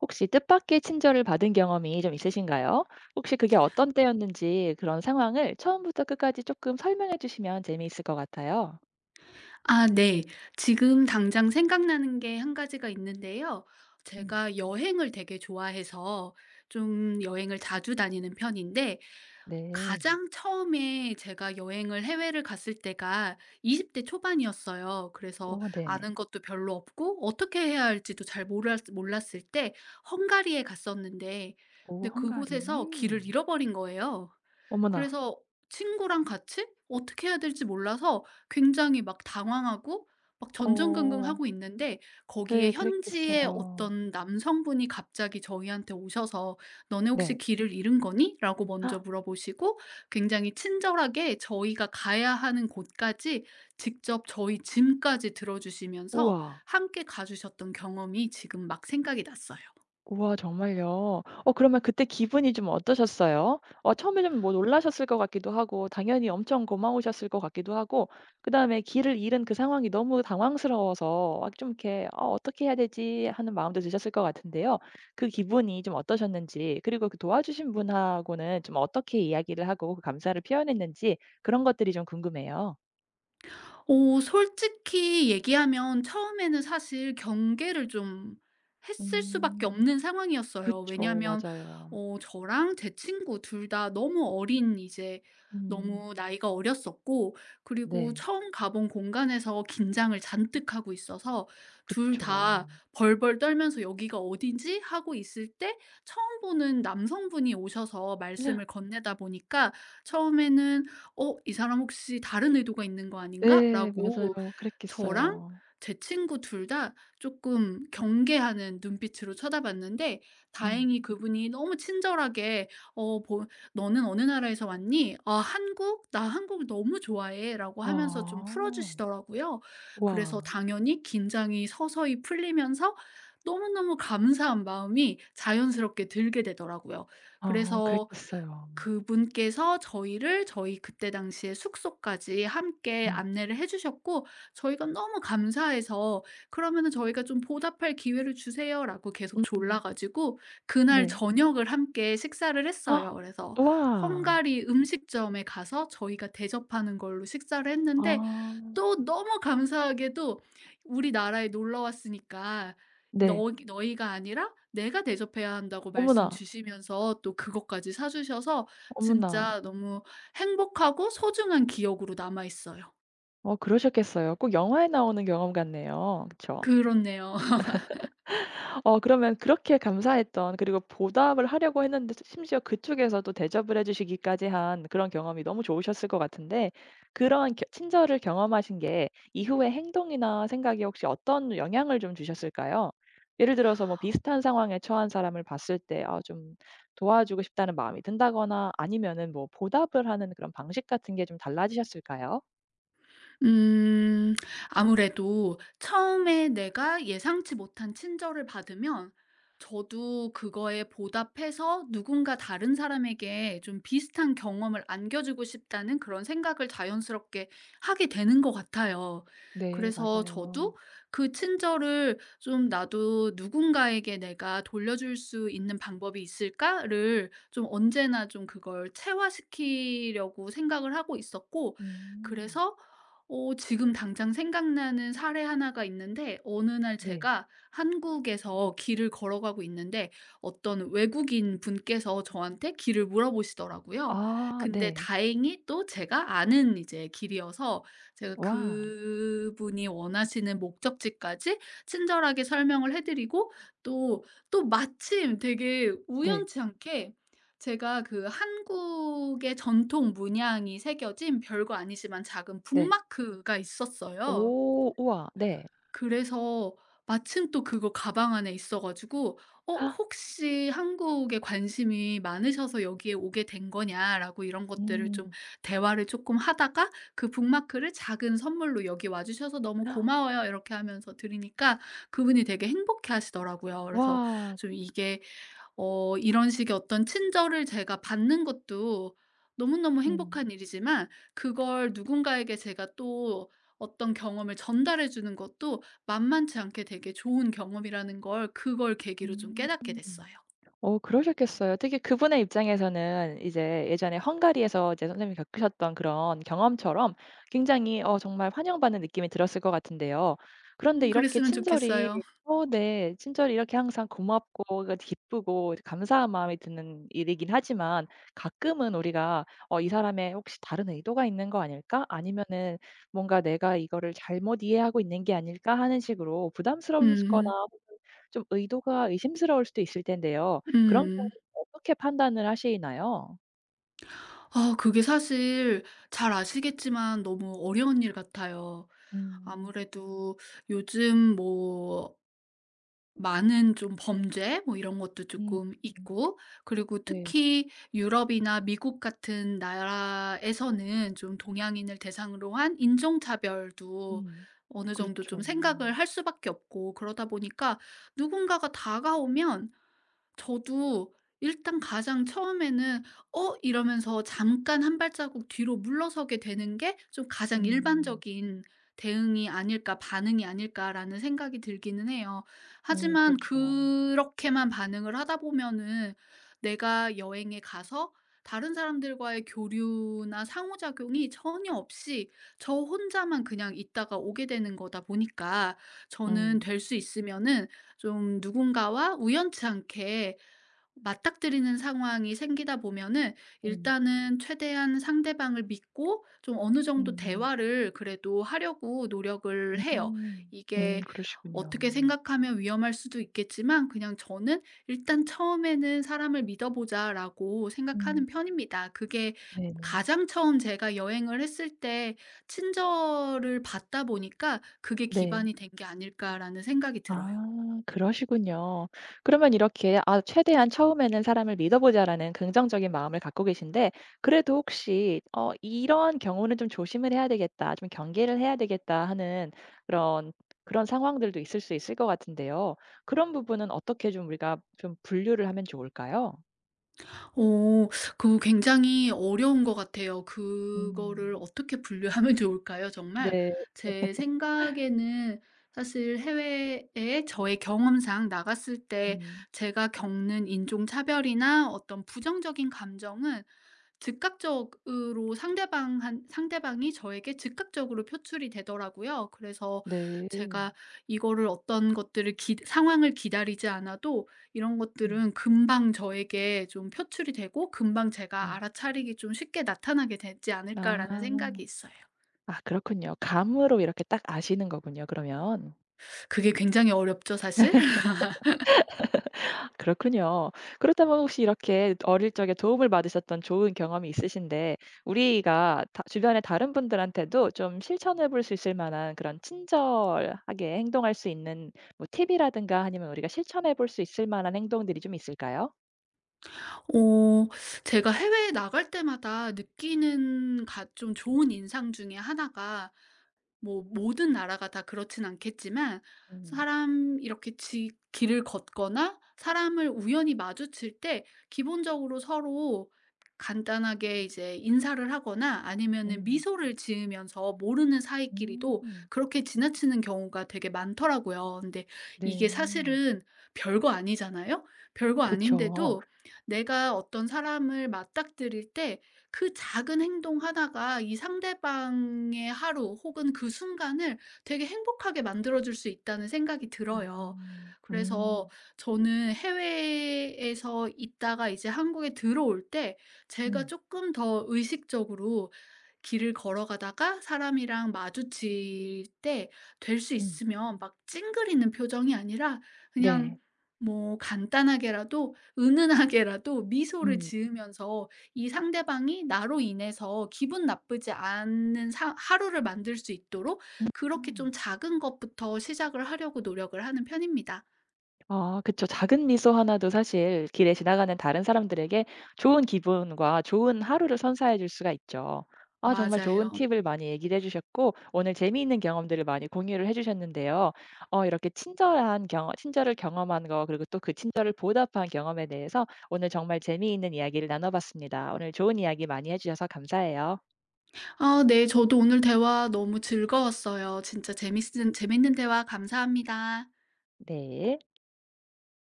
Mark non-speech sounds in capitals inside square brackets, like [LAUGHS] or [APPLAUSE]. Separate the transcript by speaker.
Speaker 1: 혹시 뜻밖의 친절을 받은 경험이 좀 있으신가요? 혹시 그게 어떤 때였는지 그런 상황을 처음부터 끝까지 조금 설명해 주시면 재미있을 것 같아요.
Speaker 2: 아 네. 지금 당장 생각나는 게 한 가지가 있는데요.
Speaker 1: 음.
Speaker 2: 제가 여행을 되게 좋아해서 좀 여행을 자주 다니는 편인데,
Speaker 1: 네.
Speaker 2: 가장 처음에 제가 여행을 해외를 갔을 때가 20대 초반이었어요. 그래서
Speaker 1: 오, 네네.
Speaker 2: 아는 것도 별로 없고 어떻게 해야 할지도 잘 몰랐을 때 헝가리에 갔었는데,
Speaker 1: 오
Speaker 2: 근데
Speaker 1: 헝가리.
Speaker 2: 그곳에서 길을 잃어버린 거예요.
Speaker 1: 어머나.
Speaker 2: 그래서 친구랑 같이 어떻게 해야 될지 몰라서 굉장히 막 당황하고 막
Speaker 1: 어.
Speaker 2: 전전긍긍하고 있는데, 거기에
Speaker 1: 네
Speaker 2: 현지의
Speaker 1: 그랬겠어요.
Speaker 2: 어떤 남성분이 갑자기 저희한테 오셔서 "너네
Speaker 1: 네.
Speaker 2: 혹시 길을 잃은 거니?" 라고
Speaker 1: [GASPS] 헉,
Speaker 2: 먼저 물어보시고, 굉장히 친절하게 저희가 가야 하는 곳까지 직접 저희 짐까지 들어 주시면서
Speaker 1: 우와.
Speaker 2: 함께 가 주셨던 경험이 지금 막 생각이 났어요.
Speaker 1: 우와 정말요? 어 그러면 그때 기분이 좀 어떠셨어요? 어 처음에 좀 뭐 놀라셨을 것 같기도 하고 당연히 엄청 고마우셨을 것 같기도 하고 그다음에 길을 잃은 그 상황이 너무 당황스러워서 막 좀 이렇게 어떻게 해야 되지?' 하는 마음도 드셨을 것 같은데요. 그 기분이 좀 어떠셨는지 그리고 그 도와주신 분하고는 좀 어떻게 이야기를 하고 그 감사를 표현했는지 그런 것들이 좀 궁금해요.
Speaker 2: 솔직히 얘기하면 처음에는 사실 경계를 좀 했을
Speaker 1: 음.
Speaker 2: 수밖에 없는 상황이었어요.
Speaker 1: 그쵸.
Speaker 2: 왜냐하면
Speaker 1: 맞아요.
Speaker 2: 저랑 제 친구 둘 다 너무 어린, 이제
Speaker 1: 음.
Speaker 2: 너무 나이가 어렸었고, 그리고
Speaker 1: 네.
Speaker 2: 처음 가본 공간에서 긴장을 잔뜩 하고 있어서 둘
Speaker 1: 그쵸.
Speaker 2: 다 벌벌 떨면서 "여기가 어디지?" 하고 있을 때, 처음 보는 남성분이 오셔서 말씀을 건네다 보니까 처음에는 '어, 이 사람 혹시 다른 의도가 있는 거
Speaker 1: 네, 맞아요.
Speaker 2: 아닌가?'라고 저랑
Speaker 1: 그랬겠어요.
Speaker 2: 제 친구 둘 다 조금 경계하는 눈빛으로 쳐다봤는데,
Speaker 1: 음.
Speaker 2: 다행히 그분이 너무 친절하게 뭐 "너는 어느 나라에서 왔니?", "아, 한국? 나 한국 너무 좋아해."라고 하면서 좀 풀어
Speaker 1: 아.
Speaker 2: 주시더라고요. 그래서
Speaker 1: 우와.
Speaker 2: 당연히 긴장이 서서히 풀리면서 너무너무 감사한 마음이 자연스럽게 들게 되더라고요.
Speaker 1: 아
Speaker 2: 그래서
Speaker 1: 그랬겠어요.
Speaker 2: 그분께서 저희를 저희 그때 당시에 숙소까지 함께
Speaker 1: 음.
Speaker 2: 안내를 해 주셨고, 저희가 너무 감사해서 "그러면은 저희가 좀 보답할 기회를 주세요."라고 계속 졸라
Speaker 1: 음.
Speaker 2: 가지고 그날
Speaker 1: 네.
Speaker 2: 저녁을 함께 식사를 했어요. 그래서
Speaker 1: 우와.
Speaker 2: 헝가리 음식점에 가서 저희가 대접하는 걸로 식사를 했는데,
Speaker 1: 아.
Speaker 2: 또 너무 감사하게도 우리나라에 놀러 왔으니까
Speaker 1: 네.
Speaker 2: "너 너희가 아니라 내가 대접해야 한다."고 말씀
Speaker 1: 어머나,
Speaker 2: 주시면서 또 그것까지 사 주셔서
Speaker 1: 어머나.
Speaker 2: 진짜 너무 행복하고 소중한 기억으로 남아 있어요.
Speaker 1: 어 그러셨겠어요. 꼭 영화에 나오는 경험 같네요. 그쵸?
Speaker 2: 그렇네요.
Speaker 1: 어 그러면 그렇게 감사했던 그리고 보답을 하려고 했는데 심지어 그쪽에서도 대접을 해 주시기까지 한 그런 경험이 너무 좋으셨을 것 같은데 그런 겨 친절을 경험하신 게 이후의 행동이나 생각에 혹시 어떤 영향을 좀 주셨을까요? 예를 들어서 뭐 비슷한 상황에 처한 사람을 봤을 때 아 좀 도와주고 싶다는 마음이 든다거나 아니면은 뭐 보답을 하는 그런 방식 같은 게 좀 달라지셨을까요?
Speaker 2: 음. 아무래도 처음에 내가 예상치 못한 친절을 받으면 저도 그거에 보답해서 누군가 다른 사람에게 좀 비슷한 경험을 안겨주고 싶다는 그런 생각을 자연스럽게 하게 되는 것 같아요.
Speaker 1: 네
Speaker 2: 그래서
Speaker 1: 맞아요.
Speaker 2: 저도 그 친절을 좀, '나도 누군가에게 내가 돌려줄 수 있는 방법이 있을까?'를 좀 언제나 좀 그걸 체화시키려고 생각을 하고 있었고,
Speaker 1: 음.
Speaker 2: 그래서 지금 당장 생각나는 사례 하나가 있는데, 어느 날
Speaker 1: 네.
Speaker 2: 제가 한국에서 길을 걸어가고 있는데 어떤 외국인 분께서 저한테 길을 물어보시더라고요.
Speaker 1: 아
Speaker 2: 근데
Speaker 1: 네.
Speaker 2: 다행히 또 제가 아는 이제 길이어서 제가
Speaker 1: 와.
Speaker 2: 그분이 원하시는 목적지까지 친절하게 설명을 해 드리고, 또, 또 마침 되게
Speaker 1: 네.
Speaker 2: 우연치 않게, 제가 그 한국의 전통 문양이 새겨진, 별거 아니지만 작은
Speaker 1: 네.
Speaker 2: 북마크가 있었어요.
Speaker 1: 오 우와 네.
Speaker 2: 그래서 마침 또 그거 가방 안에 있어 가지고 "어, 혹시 한국에 관심이 많으셔서 여기에 오게 된 거냐?"라고 이런 것들을 좀,
Speaker 1: 음.
Speaker 2: 대화를 조금 하다가 그 북마크를 작은 선물로 "여기 와 주셔서 너무 고마워요." 이렇게 하면서 드리니까 그분이 되게 행복해하시더라고요. 그래서
Speaker 1: 와.
Speaker 2: 좀 이게, 이런 식의 어떤 친절을 제가 받는 것도 너무너무
Speaker 1: 음.
Speaker 2: 행복한 일이지만 그걸 누군가에게 제가 또 어떤 경험을 전달해 주는 것도 만만치 않게 되게 좋은 경험이라는 걸 그걸 계기로 좀
Speaker 1: 음.
Speaker 2: 깨닫게 됐어요.
Speaker 1: 어 그러셨겠어요. 특히 그분의 입장에서는 이제 예전에 헝가리에서 이제 선생님이 겪으셨던 그런 경험처럼 굉장히 어 정말 환영받는 느낌이 들었을 것 같은데요. 그런데 이렇게
Speaker 2: 그랬으면
Speaker 1: 친절히
Speaker 2: 좋겠어요.
Speaker 1: 어 네. 친절히 이렇게 항상 고맙고 그 기쁘고 감사한 마음이 드는 일이긴 하지만 가끔은 우리가 '어 이 사람의 혹시 다른 의도가 있는 거 아닐까?' 아니면은 '뭔가 내가 이거를 잘못 이해하고 있는 게 아닐까?' 하는 식으로 부담스러울 거나
Speaker 2: 음.
Speaker 1: 혹은 좀 의도가 의심스러울 수도 있을 텐데요. 그런 건
Speaker 2: 음.
Speaker 1: 어떻게 판단을 하시나요?
Speaker 2: 아, 그게 사실 잘 아시겠지만 너무 어려운 일 같아요.
Speaker 1: 음.
Speaker 2: 아무래도 요즘 뭐 많은 좀 범죄 뭐 이런 것도
Speaker 1: 음.
Speaker 2: 조금 있고, 그리고
Speaker 1: 네.
Speaker 2: 특히 유럽이나 미국 같은 나라에서는 좀 동양인을 대상으로 한 인종 차별도
Speaker 1: 음.
Speaker 2: 어느 정도 좀
Speaker 1: 그렇죠.
Speaker 2: 생각을
Speaker 1: 음.
Speaker 2: 할 수밖에 없고, 그러다 보니까 누군가가 다가오면 저도 일단 가장 처음에는 '어?' 이러면서 잠깐 한 발자국 뒤로 물러서게 되는 게 좀 가장
Speaker 1: 음.
Speaker 2: 일반적인 '대응이 아닐까, 반응이 아닐까.'라는 생각이 들기는 해요. 하지만
Speaker 1: 그렇죠.
Speaker 2: 그렇게만 반응을 하다 보면은 내가 여행에 가서 다른 사람들과의 교류나 상호작용이 전혀 없이 저 혼자만 그냥 있다가 오게 되는 거다 보니까, 저는
Speaker 1: 음.
Speaker 2: 될 수 있으면은 좀 누군가와 우연치 않게 맞닥뜨리는 상황이 생기다 보면은
Speaker 1: 음.
Speaker 2: 일단은 최대한 상대방을 믿고 좀 어느 정도
Speaker 1: 음음.
Speaker 2: 대화를 그래도 하려고 노력을
Speaker 1: 음.
Speaker 2: 해요. 이게
Speaker 1: 그러시군요.
Speaker 2: 어떻게 생각하면 위험할 수도 있겠지만 그냥 저는 일단 처음에는 사람을 믿어보자라고
Speaker 1: 음.
Speaker 2: 생각하는 편입니다. 그게
Speaker 1: 네.
Speaker 2: 가장 처음 제가 여행을 했을 때 친절을 받다 보니까 그게
Speaker 1: 네.
Speaker 2: 기반이 된 게 아닐까라는 생각이 들어요.
Speaker 1: 아 그러시군요. 그러면 이렇게 '아 최대한 처음에는 사람을 믿어 보자.'라는 긍정적인 마음을 갖고 계신데 그래도 혹시 어 '이런 경우는 좀 조심을 해야 되겠다. 좀 경계를 해야 되겠다.' 하는 그런 그런 상황들도 있을 수 있을 것 같은데요. 그런 부분은 어떻게 좀 우리가 좀 분류를 하면 좋을까요?
Speaker 2: 어 굉장히 어려운 것 같아요. 그거를
Speaker 1: 음.
Speaker 2: 어떻게 분류하면 [LAUGHS] 좋을까요? 정말,
Speaker 1: 네.
Speaker 2: 제 생각에는 사실 해외에 저의 경험상 나갔을 때
Speaker 1: 음.
Speaker 2: 제가 겪는 인종차별이나 어떤 부정적인 감정은 즉각적으로 상대방이 저에게 즉각적으로 표출이 되더라고요. 그래서
Speaker 1: 네.
Speaker 2: 제가 이거를 어떤 것들을 기 상황을 기다리지 않아도 이런
Speaker 1: 음.
Speaker 2: 것들은 금방 저에게 좀 표출이 되고 금방 제가
Speaker 1: 음.
Speaker 2: 알아차리기 좀 쉽게 나타나게 되지 않을까라는
Speaker 1: 아.
Speaker 2: 생각이 있어요.
Speaker 1: 아 그렇군요. 감으로 이렇게 딱 아시는 거군요 그러면.
Speaker 2: 그게 굉장히 어렵죠, 사실?
Speaker 1: 그렇군요. 그렇다면 혹시 이렇게 어릴 적에 도움을 받으셨던 좋은 경험이 있으신데 우리가 다 주변의 다른 분들한테도 좀 실천해 볼 수 있을 만한 그런 친절하게 행동할 수 있는 뭐 팁이라든가 아니면 우리가 실천해 볼 수 있을 만한 행동들이 좀 있을까요?
Speaker 2: 어 제가 해외에 나갈 때마다 느끼는 가 좀 좋은 인상 중에 하나가, 뭐 모든 나라가 다 그렇진 않겠지만
Speaker 1: 음.
Speaker 2: 사람 이렇게 지 길을 걷거나 사람을 우연히 마주칠 때 기본적으로 서로 간단하게 이제 인사를 하거나 아니면은
Speaker 1: 음.
Speaker 2: 미소를 지으면서 모르는 사이끼리도
Speaker 1: 음.
Speaker 2: 그렇게 지나치는 경우가 되게 많더라고요. 근데 이게
Speaker 1: 네.
Speaker 2: 사실은 별거 아니잖아요. 별거
Speaker 1: 그쵸.
Speaker 2: 아닌데도 내가 어떤 사람을 맞닥뜨릴 때 그 작은 행동 하나가 이 상대방의 하루 혹은 그 순간을 되게 행복하게 만들어 줄 수 있다는 생각이 들어요.
Speaker 1: 음.
Speaker 2: 그래서
Speaker 1: 음.
Speaker 2: 저는 해외에서 있다가 이제 한국에 들어올 때 제가
Speaker 1: 음.
Speaker 2: 조금 더 의식적으로 길을 걸어가다가 사람이랑 마주칠 때 될 수
Speaker 1: 음.
Speaker 2: 있으면 막 찡그리는 표정이 아니라
Speaker 1: 네.
Speaker 2: 그냥 뭐 간단하게라도 은은하게라도 미소를 지으면서 이 상대방이 나로 인해서 기분 나쁘지 않은 사 하루를 만들 수 있도록, 그렇게
Speaker 1: 음.
Speaker 2: 좀 작은 것부터 시작을 하려고 노력을 하는 편입니다.
Speaker 1: 아 그쵸. 작은 미소 하나도 사실 길에 지나가는 다른 사람들에게 좋은 기분과 좋은 하루를 선사해 줄 수가 있죠. 아 정말 좋은
Speaker 2: 맞아요.
Speaker 1: 팁을 많이 얘기를 해 주셨고 오늘 재미있는 경험들을 많이 공유를 해 주셨는데요. 어 이렇게 친절한 경험 친절을 경험한 거 그리고 또 그 친절을 보답한 경험에 대해서 오늘 정말 재미있는 이야기를 나눠 봤습니다. 오늘 좋은 이야기 많이 해 주셔서 감사해요.
Speaker 2: 아 네. 저도 오늘 대화 너무 즐거웠어요. 진짜 재밌은 재밌는 대화 감사합니다.
Speaker 1: 네.